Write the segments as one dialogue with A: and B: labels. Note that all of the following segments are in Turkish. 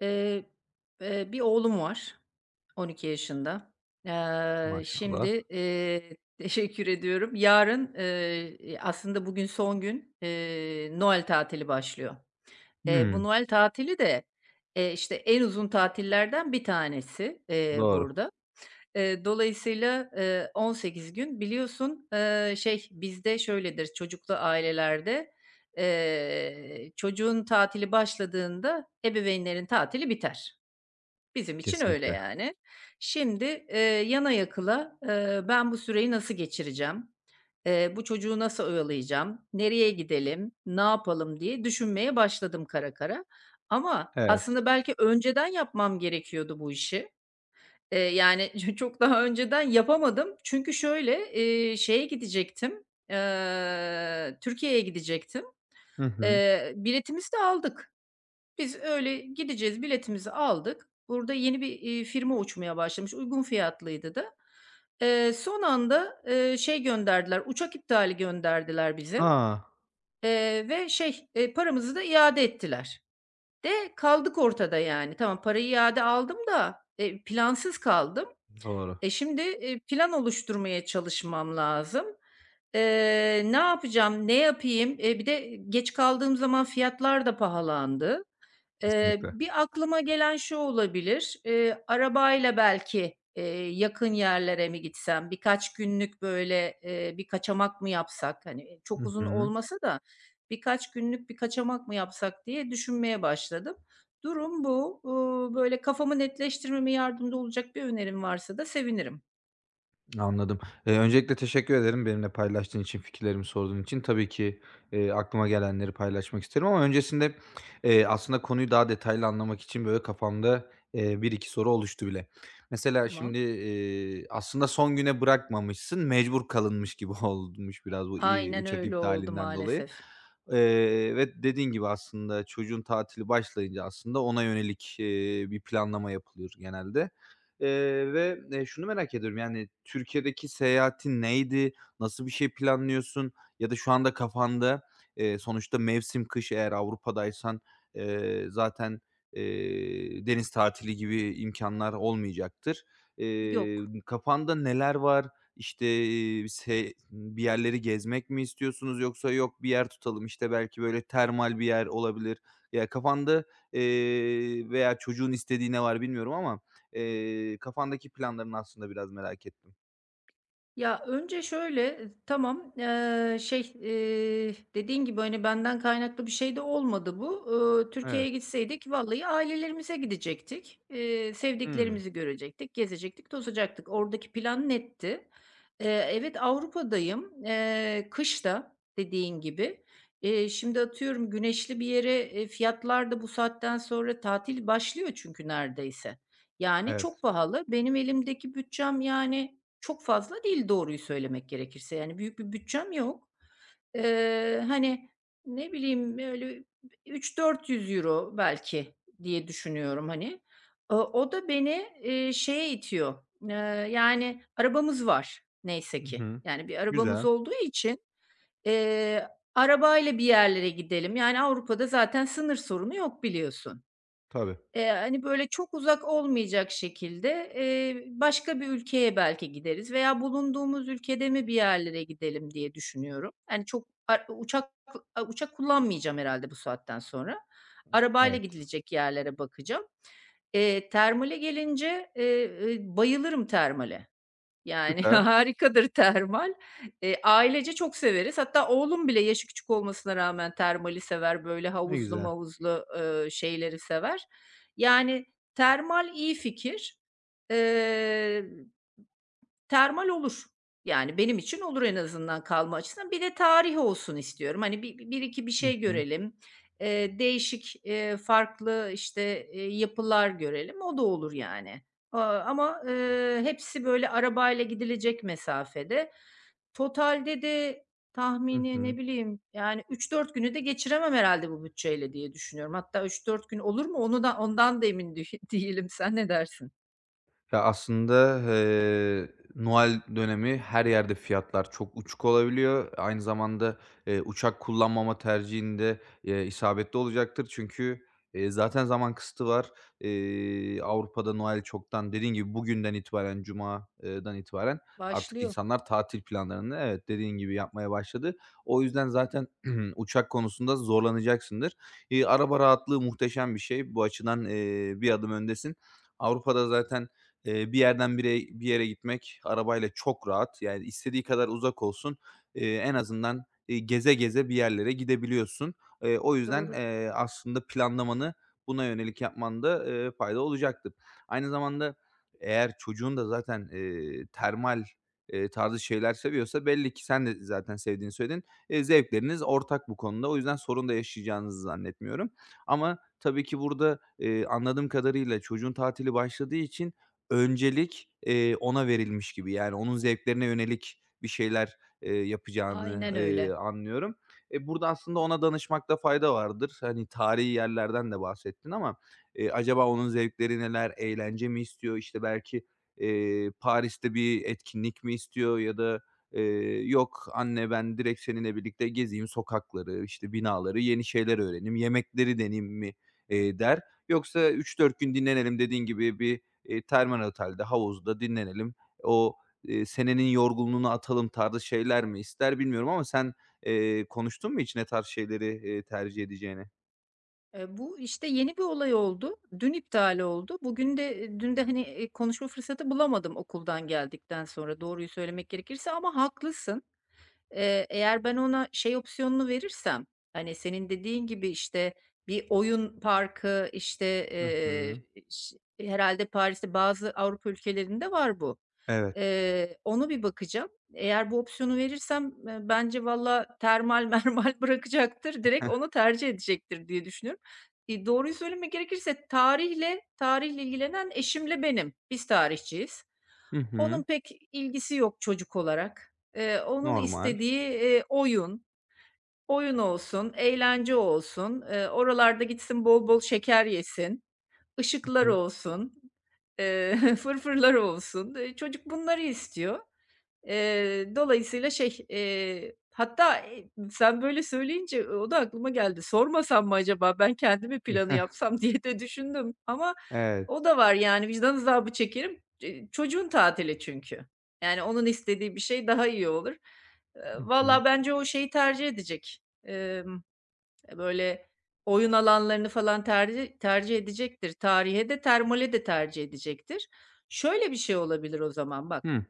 A: Eee, bir oğlum var, 12 yaşında. Şimdi,
B: Maşallah.
A: teşekkür ediyorum. Yarın, aslında bugün son gün, Noel tatili başlıyor. Bu
B: Hımm,
A: Noel tatili de, işte, en uzun tatillerden bir tanesi,
B: doğru,
A: burada. Dolayısıyla, 18 gün biliyorsun, şey, bizde şöyledir çocuklu ailelerde, çocuğun tatili başladığında ebeveynlerin tatili biter. Bizim için öyle
B: kesinlikle.
A: yani. Şimdi, yana yakıla, ben bu süreyi nasıl geçireceğim, bu çocuğu nasıl oyalayacağım, nereye gidelim, ne yapalım diye düşünmeye başladım kara kara. Ama
B: Evet.
A: aslında belki önceden yapmam gerekiyordu bu işi. Yani çok daha önceden yapamadım. Çünkü şöyle, şeye gidecektim, Türkiye'ye gidecektim.
B: Hı hı.
A: Biletimizi de aldık. Biz öyle gideceğiz, biletimizi aldık. Burada yeni bir, firma uçmaya başlamış, uygun fiyatlıydı da. Son anda, şey gönderdiler, uçak iptali gönderdiler bize,
B: A!
A: ve şey, paramızı da iade ettiler. De kaldık ortada yani. Tamam, parayı iade aldım da, plansız kaldım.
B: Doğru,
A: Şimdi, plan oluşturmaya çalışmam lazım. Ne yapacağım, ne yapayım? Bir de geç kaldığım zaman fiyatlar da pahalandı. Eee,
B: kesinlikle.
A: bir aklıma gelen şu olabilir, arabayla belki, yakın yerlere mi gitsem, birkaç günlük böyle, bir kaçamak mı yapsak? Hani, çok
B: Hı
A: uzun
B: hı.
A: olmasa da birkaç günlük bir kaçamak mı yapsak diye düşünmeye başladım. Durum bu. Böyle kafamı netleştirmeme yardımcı olacak bir önerim varsa da sevinirim.
B: Anladım. Öncelikle teşekkür ederim benimle paylaştığın için, fikirlerimi sorduğun için. Tabii ki, aklıma gelenleri paylaşmak isterim ama öncesinde, aslında konuyu daha detaylı anlamak için, böyle, kafamda, 1-2 soru oluştu bile. Mesela
A: Tamam.
B: şimdi, aslında son güne bırakmamışsın, mecbur kalınmış gibi olmuş biraz bu,
A: Aynen
B: uçak
A: öyle oldu
B: iptalinden dolayı.
A: maalesef.
B: Ve dediğin gibi aslında çocuğun tatili başlayınca aslında ona yönelik, bir planlama yapılıyor genelde. Şunu merak ediyorum, yani, Türkiye'deki seyahatin neydi? Nasıl bir şey planlıyorsun? Ya da şu anda kafanda, sonuçta mevsim kış eğer Avrupa'daysan, zaten, deniz tatili gibi imkanlar olmayacaktır. Eee,
A: Yok.
B: kafanda neler var? İşte, iii, se bir yerleri gezmek mi istiyorsunuz yoksa yok bir yer tutalım, işte, belki böyle termal bir yer olabilir. Ya, kafanda, veya çocuğun istediği ne var bilmiyorum ama kafandaki planlarını aslında biraz merak ettim.
A: Ya, önce şöyle, tamam, şey, dediğin gibi, hani, benden kaynaklı bir şey de olmadı bu. Türkiye'ye
B: Evet.
A: gitseydik vallahi ailelerimize gidecektik. Eee,
B: Hımm.
A: sevdiklerimizi görecektik, gezecektik, tozacaktık. Oradaki plan netti. Evet, Avrupa'dayım. Kış da dediğin gibi. Şimdi atıyorum güneşli bir yere, fiyatlar da bu saatten sonra tatil başlıyor çünkü neredeyse. Yani çok
B: Evet.
A: pahalı. Benim elimdeki bütçem, yani çok fazla değil doğruyu söylemek gerekirse. Yani büyük bir bütçem yok. Hani, ne bileyim, öyle €300 euro belki diye düşünüyorum, hani. O da beni, şeye itiyor. Eee, yani arabamız var neyse
B: Hı
A: ki.
B: hı.
A: Yani bir arabamız
B: Güzel.
A: olduğu için, eee, arabayla bir yerlere gidelim. Yani Avrupa'da zaten sınır sorunu yok biliyorsun.
B: Tabii.
A: Hani, böyle, çok uzak olmayacak şekilde, başka bir ülkeye belki gideriz veya bulunduğumuz ülkede mi bir yerlere gidelim diye düşünüyorum. Hani, çok ar uçak uçak kullanmayacağım herhalde bu saatten sonra. Arabayla
B: Evet.
A: gidilecek yerlere bakacağım. Termale gelince, bayılırım termale. Yani,
B: Süper.
A: harikadır termal. Ailece çok severiz. Hatta oğlum bile yaşı küçük olmasına rağmen termali sever, böyle
B: Ne
A: havuzlu
B: güzel.
A: mavuzlu, şeyleri sever. Yani, termal iyi fikir. Eee Termal olur. Yani benim için olur en azından kalma açısından. Bir de tarih olsun istiyorum. Hani bir iki bir
B: Hı
A: şey
B: hı.
A: görelim. Değişik, farklı, işte, yapılar görelim. O da olur yani. Ama, hepsi böyle arabayla gidilecek mesafede. Totalde de
B: Hı
A: tahmini ne
B: hı.
A: bileyim, yani üç dört günü de geçiremem herhalde bu bütçeyle diye düşünüyorum. Hatta üç dört gün olur mu onu da ondan da emin değilim. Sen ne dersin?
B: Ya, aslında, Noel dönemi her yerde fiyatlar çok uçuk olabiliyor. Aynı zamanda, uçak kullanmama tercihinde, isabetli olacaktır. Çünkü, zaten zaman kısıtı var. Avrupa'da Noel çoktan dediğin gibi bugünden itibaren, Cuma'dan itibaren artık
A: Başlıyor.
B: insanlar tatil planlarını evet, dediğin gibi yapmaya başladı. O yüzden zaten uçak konusunda zorlanacaksındır. Araba rahatlığı muhteşem bir şey. Bu açıdan, bir adım öndesin. Avrupa'da zaten, bir yerden bir yere gitmek arabayla çok rahat. Yani, istediği kadar uzak olsun, en azından, geze geze bir yerlere gidebiliyorsun. O yüzden,
A: Doğru.
B: aslında planlamanı buna yönelik yapmanda, fayda olacaktır. Aynı zamanda eğer çocuğun da zaten, termal, tarzı şeyler seviyorsa belli ki sen de zaten sevdiğini söyledin. Zevkleriniz ortak bu konuda. O yüzden sorun da yaşayacağınızı zannetmiyorum ama tabii ki burada, anladığım kadarıyla çocuğun tatili başladığı için öncelik, ona verilmiş gibi. Yani onun zevklerine yönelik bir şeyler, yapacağını,
A: Aynen öyle.
B: anlıyorum. E, burada aslında ona danışmakta fayda vardır. Hani, tarihi yerlerden de bahsettin ama, acaba onun zevkleri neler? Eğlence mi istiyor? İşte, belki, Paris'te bir etkinlik mi istiyor ya da, "Yok anne, ben direkt seninle birlikte gezeyim sokakları, işte, binaları, yeni şeyler öğreneyim, yemekleri deneyim mi, der? Yoksa 3-4 gün dinlenelim." dediğin gibi bir termal otelde, havuzda dinlenelim. O, senenin yorgunluğunu atalım tarzı şeyler mi ister bilmiyorum ama sen, konuştun mu hiç ne tarz şeyleri, tercih edeceğini?
A: Bu, işte, yeni bir olay oldu. Dün iptal oldu. Bugün de, dün de, hani, konuşma fırsatı bulamadım okuldan geldikten sonra doğruyu söylemek gerekirse ama haklısın. Eğer ben ona şey opsiyonunu verirsem, hani, senin dediğin gibi, işte, bir oyun parkı, işte,
B: Hı
A: eee,
B: hı.
A: ş herhâlde Paris'te bazı Avrupa ülkelerinde var bu.
B: Evet.
A: Ona bir bakacağım. Eğer bu opsiyonu verirsem, bence valla termal mermal bırakacaktır, direkt
B: Heh.
A: onu tercih edecektir diye düşünüyorum. Doğruyu söylemek gerekirse tarihle ilgilenen eşimle benim. Biz tarihçiyiz.
B: Hı
A: Onun
B: hı.
A: pek ilgisi yok çocuk olarak. Onun
B: Normal.
A: istediği, oyun olsun, eğlence olsun, oralarda gitsin bol bol şeker yesin,
B: Hı
A: ışıklar
B: hı.
A: olsun, eee, fırfırlar olsun. Çocuk bunları istiyor. Dolayısıyla şey, hatta, sen böyle söyleyince o da aklıma geldi. Sormasam mı acaba, ben kendim mi planı
B: Heh.
A: yapsam diye de düşündüm ama
B: Evet.
A: o da var yani vicdan azabı çekerim. Çocuğun tatili çünkü. Yani onun istediği bir şey daha iyi olur. Eee,
B: Hı hı.
A: valla bence o şeyi tercih edecek. Böyle oyun alanlarını falan tercih edecektir. Tarihe de termale de tercih edecektir. Şöyle bir şey olabilir o zaman bak.
B: Hıh.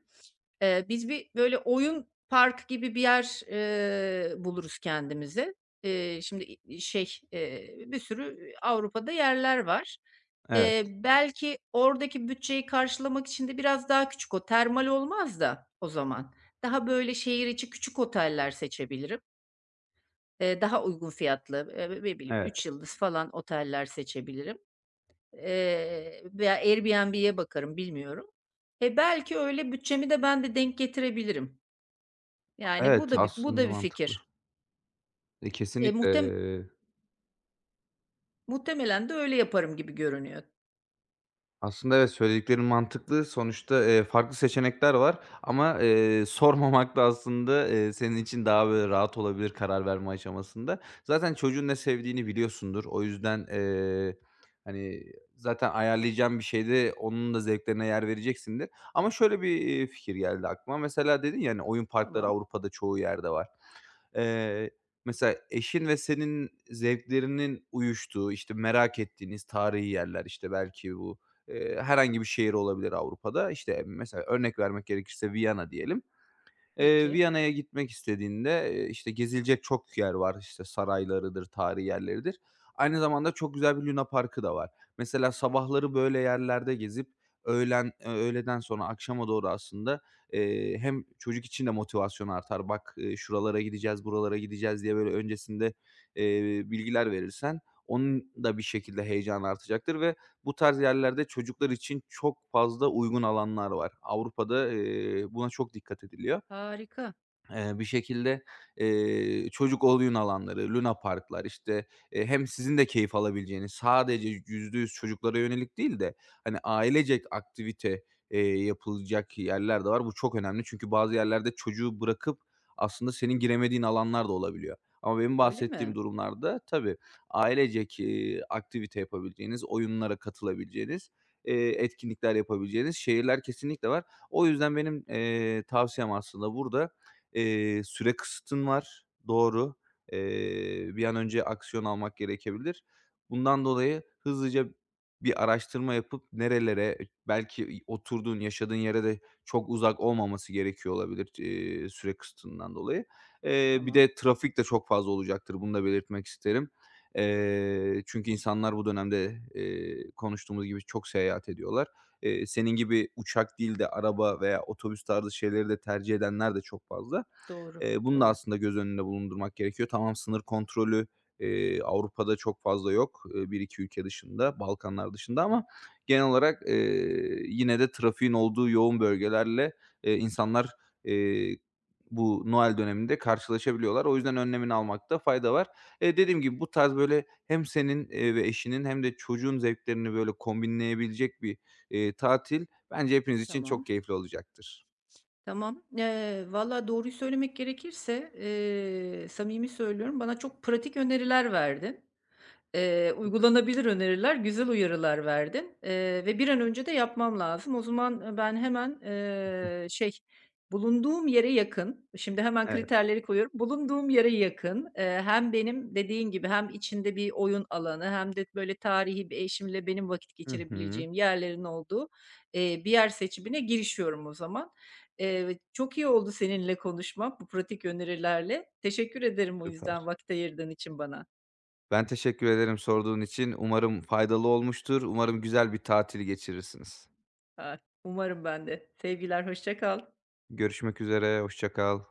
A: Biz bir böyle oyun park gibi bir yer, buluruz kendimize. Şimdi, bir sürü Avrupa'da yerler var. Eee,
B: Evet,
A: belki oradaki bütçeyi karşılamak için de biraz daha küçük o termal olmaz da o zaman. Daha böyle şehir içi küçük oteller seçebilirim. Daha uygun fiyatlı, ne bileyim
B: evet.
A: 3 yıldız falan oteller seçebilirim. Veya Airbnb'ye bakarım bilmiyorum. Belki öyle bütçemi de ben de denk getirebilirim. Yani, bu
B: Evet,
A: da bir bu da
B: aslında
A: bir
B: mantıklı.
A: fikir.
B: E,
A: Eee,
B: kesinlikle.
A: muhtem
B: e,
A: muhtemelen de öyle yaparım gibi görünüyor.
B: Aslında evet, söylediklerin mantıklı. Sonuçta, farklı seçenekler var ama, sormamak da aslında, senin için daha böyle rahat olabilir karar verme aşamasında. Zaten çocuğun ne sevdiğini biliyorsundur. O yüzden, hani, zaten ayarlayacağın bir şeyde onun da zevklerine yer vereceksindir. Ama şöyle bir, fikir geldi aklıma. Mesela dedin ya, hani, oyun parkları
A: Tamam,
B: Avrupa'da çoğu yerde var. Eee, mesela eşin ve senin zevklerinin uyuştuğu, işte, merak ettiğiniz tarihi yerler, işte, belki bu, herhangi bir şehir olabilir Avrupa'da. İşte, mesela örnek vermek gerekirse Viyana diyelim. Eee,
A: peki.
B: Viyana'ya gitmek istediğinde, işte, gezilecek çok yer var. İşte, saraylarıdır, tarihi yerleridir. Aynı zamanda çok güzel bir luna parkı da var. Mesela sabahları böyle yerlerde gezip öğlen öğleden sonra akşama doğru aslında, hem çocuk için de motivasyon artar. "Bak, şuralara gideceğiz, buralara gideceğiz." diye böyle öncesinde, bilgiler verirsen onun da bir şekilde heyecanı artacaktır ve bu tarz yerlerde çocuklar için çok fazla uygun alanlar var. Avrupa'da, buna çok dikkat ediliyor.
A: Harika.
B: Bir şekilde, çocuk oyun alanları, Luna parklar işte, hem sizin de keyif alabileceğiniz, sadece %100 çocuklara yönelik değil de, hani, ailecek aktivite, yapılacak yerler de var. Bu çok önemli çünkü bazı yerlerde çocuğu bırakıp aslında senin giremediğin alanlar da olabiliyor. Ama benim
A: Öyle
B: bahsettiğim
A: mi?
B: durumlarda tabii ailecek, aktivite yapabileceğiniz, oyunlara katılabileceğiniz, etkinlikler yapabileceğiniz şehirler kesinlikle var. O yüzden benim, tavsiyem aslında burada. Süre kısıtın var, doğru. Bir an önce aksiyon almak gerekebilir. Bundan dolayı hızlıca bir araştırma yapıp nerelere, belki oturduğun, yaşadığın yere de çok uzak olmaması gerekiyor olabilir, süre kısıtından dolayı. Bir
A: Tamam.
B: de trafik de çok fazla olacaktır, bunu da belirtmek isterim. Çünkü insanlar bu dönemde, konuştuğumuz gibi çok seyahat ediyorlar. Senin gibi uçak değil de araba veya otobüs tarzı şeyleri de tercih edenler de çok fazla.
A: Doğru,
B: Bunu da
A: doğru.
B: aslında göz önünde bulundurmak gerekiyor. Tamam, sınır kontrolü, Avrupa'da çok fazla yok, 1-2 ülke dışında, Balkanlar dışında ama genel olarak, yine de trafiğin olduğu yoğun bölgelerle, insanlar, eee, bu Noel döneminde karşılaşabiliyorlar. O yüzden önlemini almakta fayda var. Dediğim gibi bu tarz böyle hem senin, ve eşinin hem de çocuğun zevklerini böyle kombinleyebilecek bir, tatil bence hepiniz için
A: Tamam,
B: çok keyifli olacaktır.
A: tamam. Valla doğruyu söylemek gerekirse, samimi söylüyorum, bana çok pratik öneriler verdin. Uygulanabilir öneriler, güzel uyarılar verdin, ve bir an önce de yapmam lazım. O zaman, ben hemen, şey, bulunduğum yere yakın, şimdi hemen
B: Evet.
A: kriterleri koyuyorum, bulunduğum yere yakın, hem benim dediğin gibi hem içinde bir oyun alanı hem de böyle tarihi bir eşimle benim vakit
B: Hı hı.
A: geçirebileceğim yerlerin olduğu, bir yer seçimine girişiyorum o zaman. Çok iyi oldu seninle konuşmam bu pratik önerilerle. Teşekkür ederim o yüzden
B: Süper.
A: vakit ayırdığın için bana.
B: Ben teşekkür ederim sorduğun için. Umarım faydalı olmuştur. Umarım güzel bir tatil geçirirsiniz.
A: Ha, umarım ben de. Sevgiler, hoşça kal.
B: Görüşmek üzere, hoşça kal.